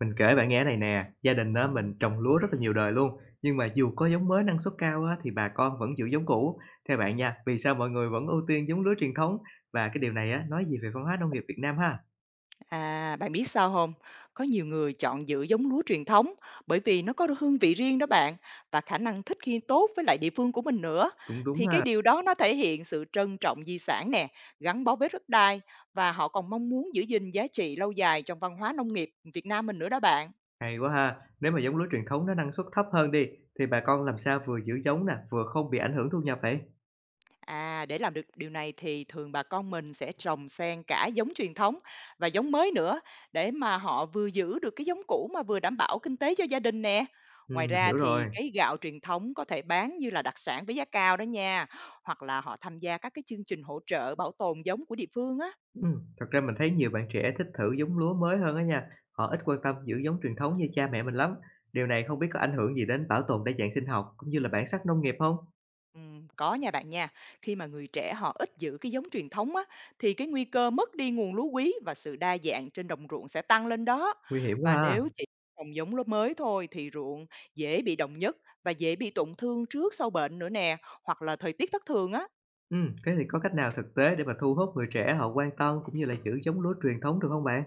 Mình kể bạn nghe này nè, gia đình đó mình trồng lúa rất là nhiều đời luôn, nhưng mà dù có giống mới năng suất cao á thì bà con vẫn giữ giống cũ. Theo bạn nha, vì sao mọi người vẫn ưu tiên giống lúa truyền thống và cái điều này á nói gì về văn hóa nông nghiệp Việt Nam ha? À, bạn biết sao không? Có nhiều người chọn giữ giống lúa truyền thống bởi vì nó có hương vị riêng đó bạn, và khả năng thích nghi tốt với lại địa phương của mình nữa. Cũng đúng Thì cái ha. điều đó nó thể hiện sự trân trọng di sản nè, gắn bó với đất đai và họ còn mong muốn giữ gìn giá trị lâu dài trong văn hóa nông nghiệp Việt Nam mình nữa đó bạn. Hay quá ha. Nếu mà giống lúa truyền thống nó năng suất thấp hơn đi thì bà con làm sao vừa giữ giống nè, vừa không bị ảnh hưởng thu nhập vậy? À, để làm được điều này thì thường bà con mình sẽ trồng xen cả giống truyền thống và giống mới nữa, để mà họ vừa giữ được cái giống cũ mà vừa đảm bảo kinh tế cho gia đình nè. Ngoài Mình ra hiểu thì rồi. cái gạo truyền thống có thể bán như là đặc sản với giá cao đó nha, hoặc là họ tham gia các cái chương trình hỗ trợ bảo tồn giống của địa phương á. Thật ra mình thấy nhiều bạn trẻ thích thử giống lúa mới hơn á nha, họ ít quan tâm giữ giống truyền thống như cha mẹ mình lắm. Điều này không biết có ảnh hưởng gì đến bảo tồn đa dạng sinh học cũng như là bản sắc nông nghiệp không? Có nha bạn nha. Khi mà người trẻ họ ít giữ cái giống truyền thống á, thì cái nguy cơ mất đi nguồn lúa quý và sự đa dạng trên đồng ruộng sẽ tăng lên đó. Nguy hiểm quá Và ha. nếu chỉ trồng giống lúa mới thôi thì ruộng dễ bị đồng nhất và dễ bị tổn thương trước sau bệnh nữa nè, hoặc là thời tiết thất thường á. Thế thì có cách nào thực tế để mà thu hút người trẻ họ quan tâm cũng như là giữ giống lúa truyền thống được không bạn?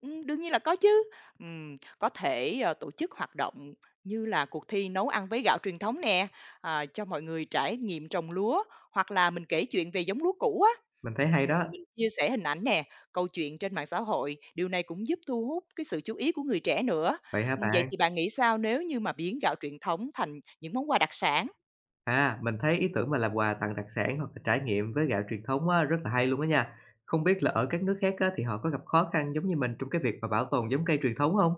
Đương nhiên là có chứ. Có thể, tổ chức hoạt động như là cuộc thi nấu ăn với gạo truyền thống nè, à, cho mọi người trải nghiệm trồng lúa, hoặc là mình kể chuyện về giống lúa cũ á. Mình thấy hay đó. Mình chia sẻ hình ảnh nè, câu chuyện trên mạng xã hội, điều này cũng giúp thu hút cái sự chú ý của người trẻ nữa. Vậy hả Vậy bạn? thì bạn nghĩ sao nếu như mà biến gạo truyền thống thành những món quà đặc sản? À, mình thấy ý tưởng mà làm quà tặng đặc sản hoặc là trải nghiệm với gạo truyền thống á, rất là hay luôn á nha. Không biết là ở các nước khác á, thì họ có gặp khó khăn giống như mình trong cái việc mà bảo tồn giống cây truyền thống không?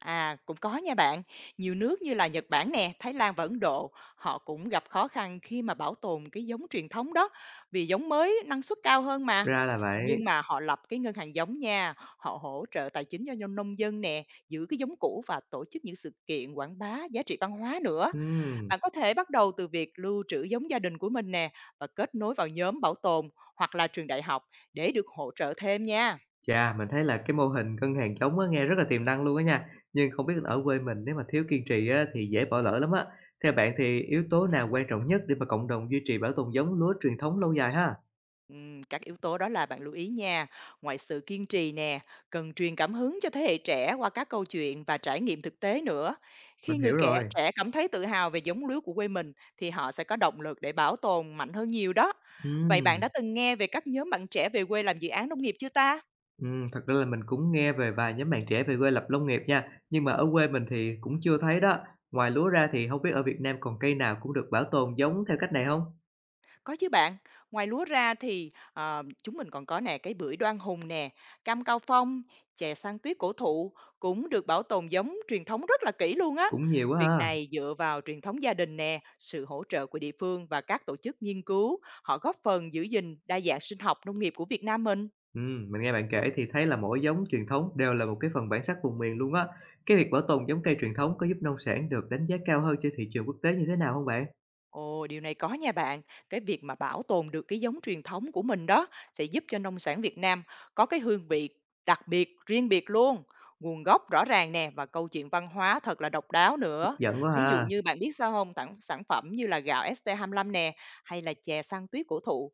À, cũng có nha bạn. Nhiều nước như là Nhật Bản nè, Thái Lan và Ấn Độ, họ cũng gặp khó khăn khi mà bảo tồn cái giống truyền thống đó, vì giống mới năng suất cao hơn mà. Ra là vậy. Nhưng mà họ lập cái ngân hàng giống nha, họ hỗ trợ tài chính cho nông dân nè, giữ cái giống cũ và tổ chức những sự kiện quảng bá giá trị văn hóa nữa. Ừm. Bạn có thể bắt đầu từ việc lưu trữ giống gia đình của mình nè và kết nối vào nhóm bảo tồn hoặc là trường đại học để được hỗ trợ thêm nha. Chà, mình thấy là cái mô hình ngân hàng trống á nghe rất là tiềm năng luôn á nha, nhưng không biết ở quê mình nếu mà thiếu kiên trì á thì dễ bỏ lỡ lắm á. Theo bạn thì yếu tố nào quan trọng nhất để mà cộng đồng duy trì bảo tồn giống lúa truyền thống lâu dài ha? Các yếu tố đó là bạn lưu ý nha, ngoài sự kiên trì nè, cần truyền cảm hứng cho thế hệ trẻ qua các câu chuyện và trải nghiệm thực tế nữa. Mình Khi người hiểu kẻ rồi. trẻ cảm thấy tự hào về giống lúa của quê mình thì họ sẽ có động lực để bảo tồn mạnh hơn nhiều đó. Vậy bạn Ừm, đã từng nghe về các nhóm bạn trẻ về quê làm dự án nông nghiệp chưa ta? Thật ra là mình cũng nghe về vài nhóm bạn trẻ về quê lập nông nghiệp nha, nhưng mà ở quê mình thì cũng chưa thấy đó. Ngoài lúa ra thì không biết ở Việt Nam còn cây nào cũng được bảo tồn giống theo cách này không? Có chứ bạn. Ngoài lúa ra thì, chúng mình còn có nè, cái bưởi Đoan Hùng nè, cam Cao Phong, chè san tuyết cổ thụ cũng được bảo tồn giống truyền thống rất là kỹ luôn á. Cũng nhiều quá Việc ha. này dựa vào truyền thống gia đình nè, sự hỗ trợ của địa phương và các tổ chức nghiên cứu, họ góp phần giữ gìn đa dạng sinh học nông nghiệp của Việt Nam mình. Mình nghe bạn kể thì thấy là mỗi giống truyền thống đều là một cái phần bản sắc vùng miền luôn á. Cái việc bảo tồn giống cây truyền thống có giúp nông sản được đánh giá cao hơn trên thị trường quốc tế như thế nào không bạn? Ồ, điều này có nha bạn. Cái việc mà bảo tồn được cái giống truyền thống của mình đó sẽ giúp cho nông sản Việt Nam có cái hương vị đặc biệt, riêng biệt luôn. Nguồn gốc rõ ràng nè và câu chuyện văn hóa thật là độc đáo Hấp nữa. dẫn quá Ví dụ ha! như bạn biết sao không, tặng sản phẩm như là gạo ST25 nè hay là chè săn tuyết cổ thụ.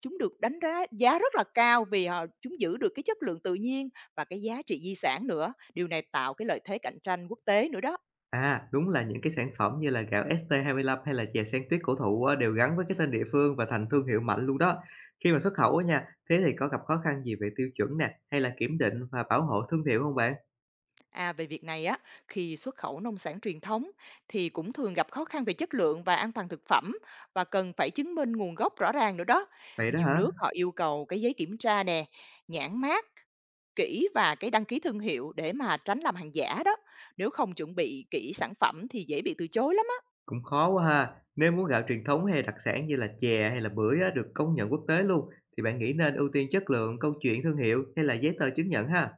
Chúng được đánh giá, giá rất là cao vì họ chúng giữ được cái chất lượng tự nhiên và cái giá trị di sản nữa. Điều này tạo cái lợi thế cạnh tranh quốc tế nữa đó. À, đúng là những cái sản phẩm như là gạo st lăm hay là chè sen tuyết cổ thụ á, đều gắn với cái tên địa phương và thành thương hiệu mạnh luôn đó. Khi mà xuất khẩu á nha, thế thì có gặp khó khăn gì về tiêu chuẩn nè, hay là kiểm định và bảo hộ thương hiệu không bạn? À, về việc này á, khi xuất khẩu nông sản truyền thống thì cũng thường gặp khó khăn về chất lượng và an toàn thực phẩm, và cần phải chứng minh nguồn gốc rõ ràng nữa đó. Vậy đó Nhiều hả? nước họ yêu cầu cái giấy kiểm tra nè, nhãn mác kỹ và cái đăng ký thương hiệu để mà tránh làm hàng giả đó. Nếu không chuẩn bị kỹ sản phẩm thì dễ bị từ chối lắm á. Cũng khó quá ha. Nếu muốn gạo truyền thống hay đặc sản như là chè hay là bưởi á, được công nhận quốc tế luôn, thì bạn nghĩ nên ưu tiên chất lượng, câu chuyện thương hiệu hay là giấy tờ chứng nhận ha?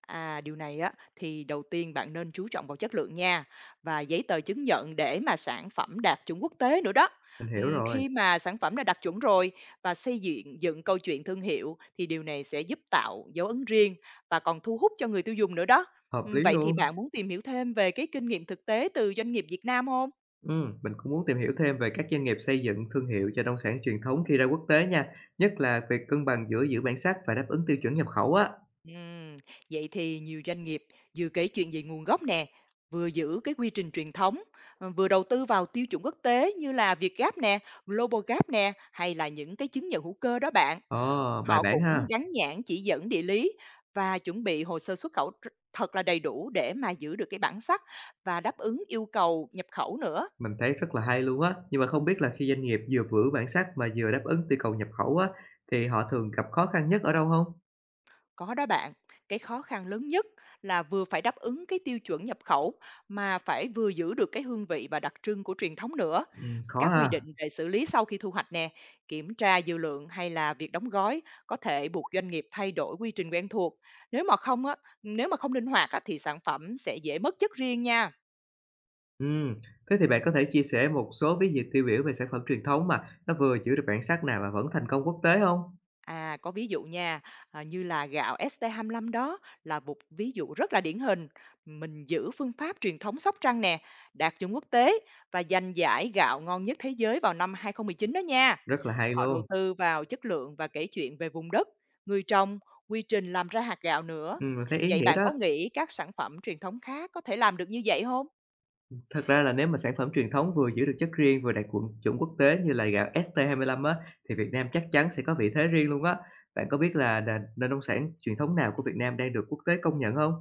À, điều này á thì đầu tiên bạn nên chú trọng vào chất lượng nha, và giấy tờ chứng nhận để mà sản phẩm đạt chuẩn quốc tế nữa đó. Mình hiểu rồi, Khi mà sản phẩm đã đạt chuẩn rồi và xây dựng dựng câu chuyện thương hiệu thì điều này sẽ giúp tạo dấu ấn riêng và còn thu hút cho người tiêu dùng nữa đó. hợp lý Vậy thì luôn. bạn muốn tìm hiểu thêm về cái kinh nghiệm thực tế từ doanh nghiệp Việt Nam không? Mình cũng muốn tìm hiểu thêm về các doanh nghiệp xây dựng thương hiệu cho nông sản truyền thống khi ra quốc tế nha, nhất là việc cân bằng giữa giữ bản sắc và đáp ứng tiêu chuẩn nhập khẩu á. Ừm, vậy thì nhiều doanh nghiệp vừa kể chuyện về nguồn gốc nè, vừa giữ cái quy trình truyền thống, vừa đầu tư vào tiêu chuẩn quốc tế như là việt gáp nè, Global Gap nè, hay là những cái chứng nhận hữu cơ đó bạn. Ồ, bài Họ bản cũng ha. gắn nhãn chỉ dẫn địa lý và chuẩn bị hồ sơ xuất khẩu thật là đầy đủ để mà giữ được cái bản sắc và đáp ứng yêu cầu nhập khẩu nữa. Mình thấy rất là hay luôn á. Nhưng mà không biết là khi doanh nghiệp vừa vữ bản sắc mà vừa đáp ứng yêu cầu nhập khẩu á, thì họ thường gặp khó khăn nhất ở đâu không? Có đó bạn, cái khó khăn lớn nhất là vừa phải đáp ứng cái tiêu chuẩn nhập khẩu mà phải vừa giữ được cái hương vị và đặc trưng của truyền thống nữa. Khó Các ha. quy định về xử lý sau khi thu hoạch nè, kiểm tra dư lượng hay là việc đóng gói có thể buộc doanh nghiệp thay đổi quy trình quen thuộc. Nếu mà không á, nếu mà không linh hoạt á, thì sản phẩm sẽ dễ mất chất riêng nha. Ừm, Thế thì bạn có thể chia sẻ một số ví dụ tiêu biểu về sản phẩm truyền thống mà nó vừa giữ được bản sắc nè mà vẫn thành công quốc tế không? À, có ví dụ nha, à, như là gạo ST25 đó là một ví dụ rất là điển hình. Mình giữ phương pháp truyền thống Sóc Trăng nè, đạt chuẩn quốc tế và giành giải gạo ngon nhất thế giới vào năm 2019 đó nha. Rất là hay Họ đầu luôn, tư vào chất lượng và kể chuyện về vùng đất, người trồng, quy trình làm ra hạt gạo nữa. Mình thấy ý Vậy nghĩa bạn đó. có nghĩ các sản phẩm truyền thống khác có thể làm được như vậy không? Thật ra là nếu mà sản phẩm truyền thống vừa giữ được chất riêng, vừa đạt quận chuẩn quốc tế như là gạo st lăm á, thì Việt Nam chắc chắn sẽ có vị thế riêng luôn á. Bạn có biết là nền nền nông sản truyền thống nào của Việt Nam đang được quốc tế công nhận không?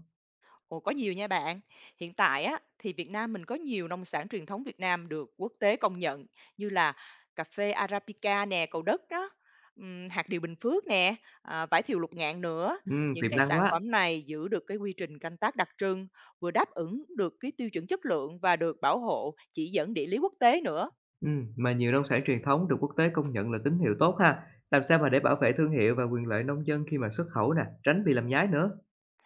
Ồ, có nhiều nha bạn. Hiện tại á thì Việt Nam mình có nhiều nông sản truyền thống Việt Nam được quốc tế công nhận, như là cà phê Arabica nè, Cầu Đất đó, hạt điều Bình Phước nè, à, vải thiều Lục Ngạn nữa. Những Tiềm cái năng sản quá! phẩm này giữ được cái quy trình canh tác đặc trưng, vừa đáp ứng được cái tiêu chuẩn chất lượng và được bảo hộ chỉ dẫn địa lý quốc tế nữa. Mà nhiều nông sản truyền thống được quốc tế công nhận là tín hiệu tốt ha. Làm sao mà để bảo vệ thương hiệu và quyền lợi nông dân khi mà xuất khẩu nè, tránh bị làm nhái nữa?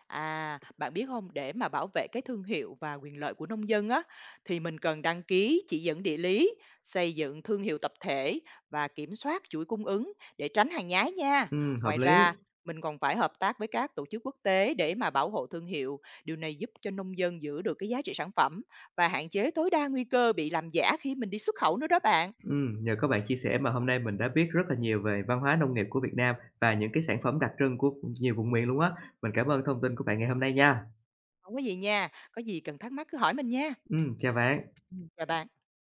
À, bạn biết không? Để mà bảo vệ cái thương hiệu và quyền lợi của nông dân á, thì mình cần đăng ký chỉ dẫn địa lý, xây dựng thương hiệu tập thể và kiểm soát chuỗi cung ứng để tránh hàng nhái nha. Hợp Ngoài lý. ra, mình còn phải hợp tác với các tổ chức quốc tế để mà bảo hộ thương hiệu. Điều này giúp cho nông dân giữ được cái giá trị sản phẩm và hạn chế tối đa nguy cơ bị làm giả khi mình đi xuất khẩu nữa đó bạn. Nhờ các bạn chia sẻ mà hôm nay mình đã biết rất là nhiều về văn hóa nông nghiệp của Việt Nam và những cái sản phẩm đặc trưng của nhiều vùng miền luôn á. Mình cảm ơn thông tin của bạn ngày hôm nay nha. Không có gì nha, có gì cần thắc mắc cứ hỏi mình nha. Chào bạn. Chào bạn.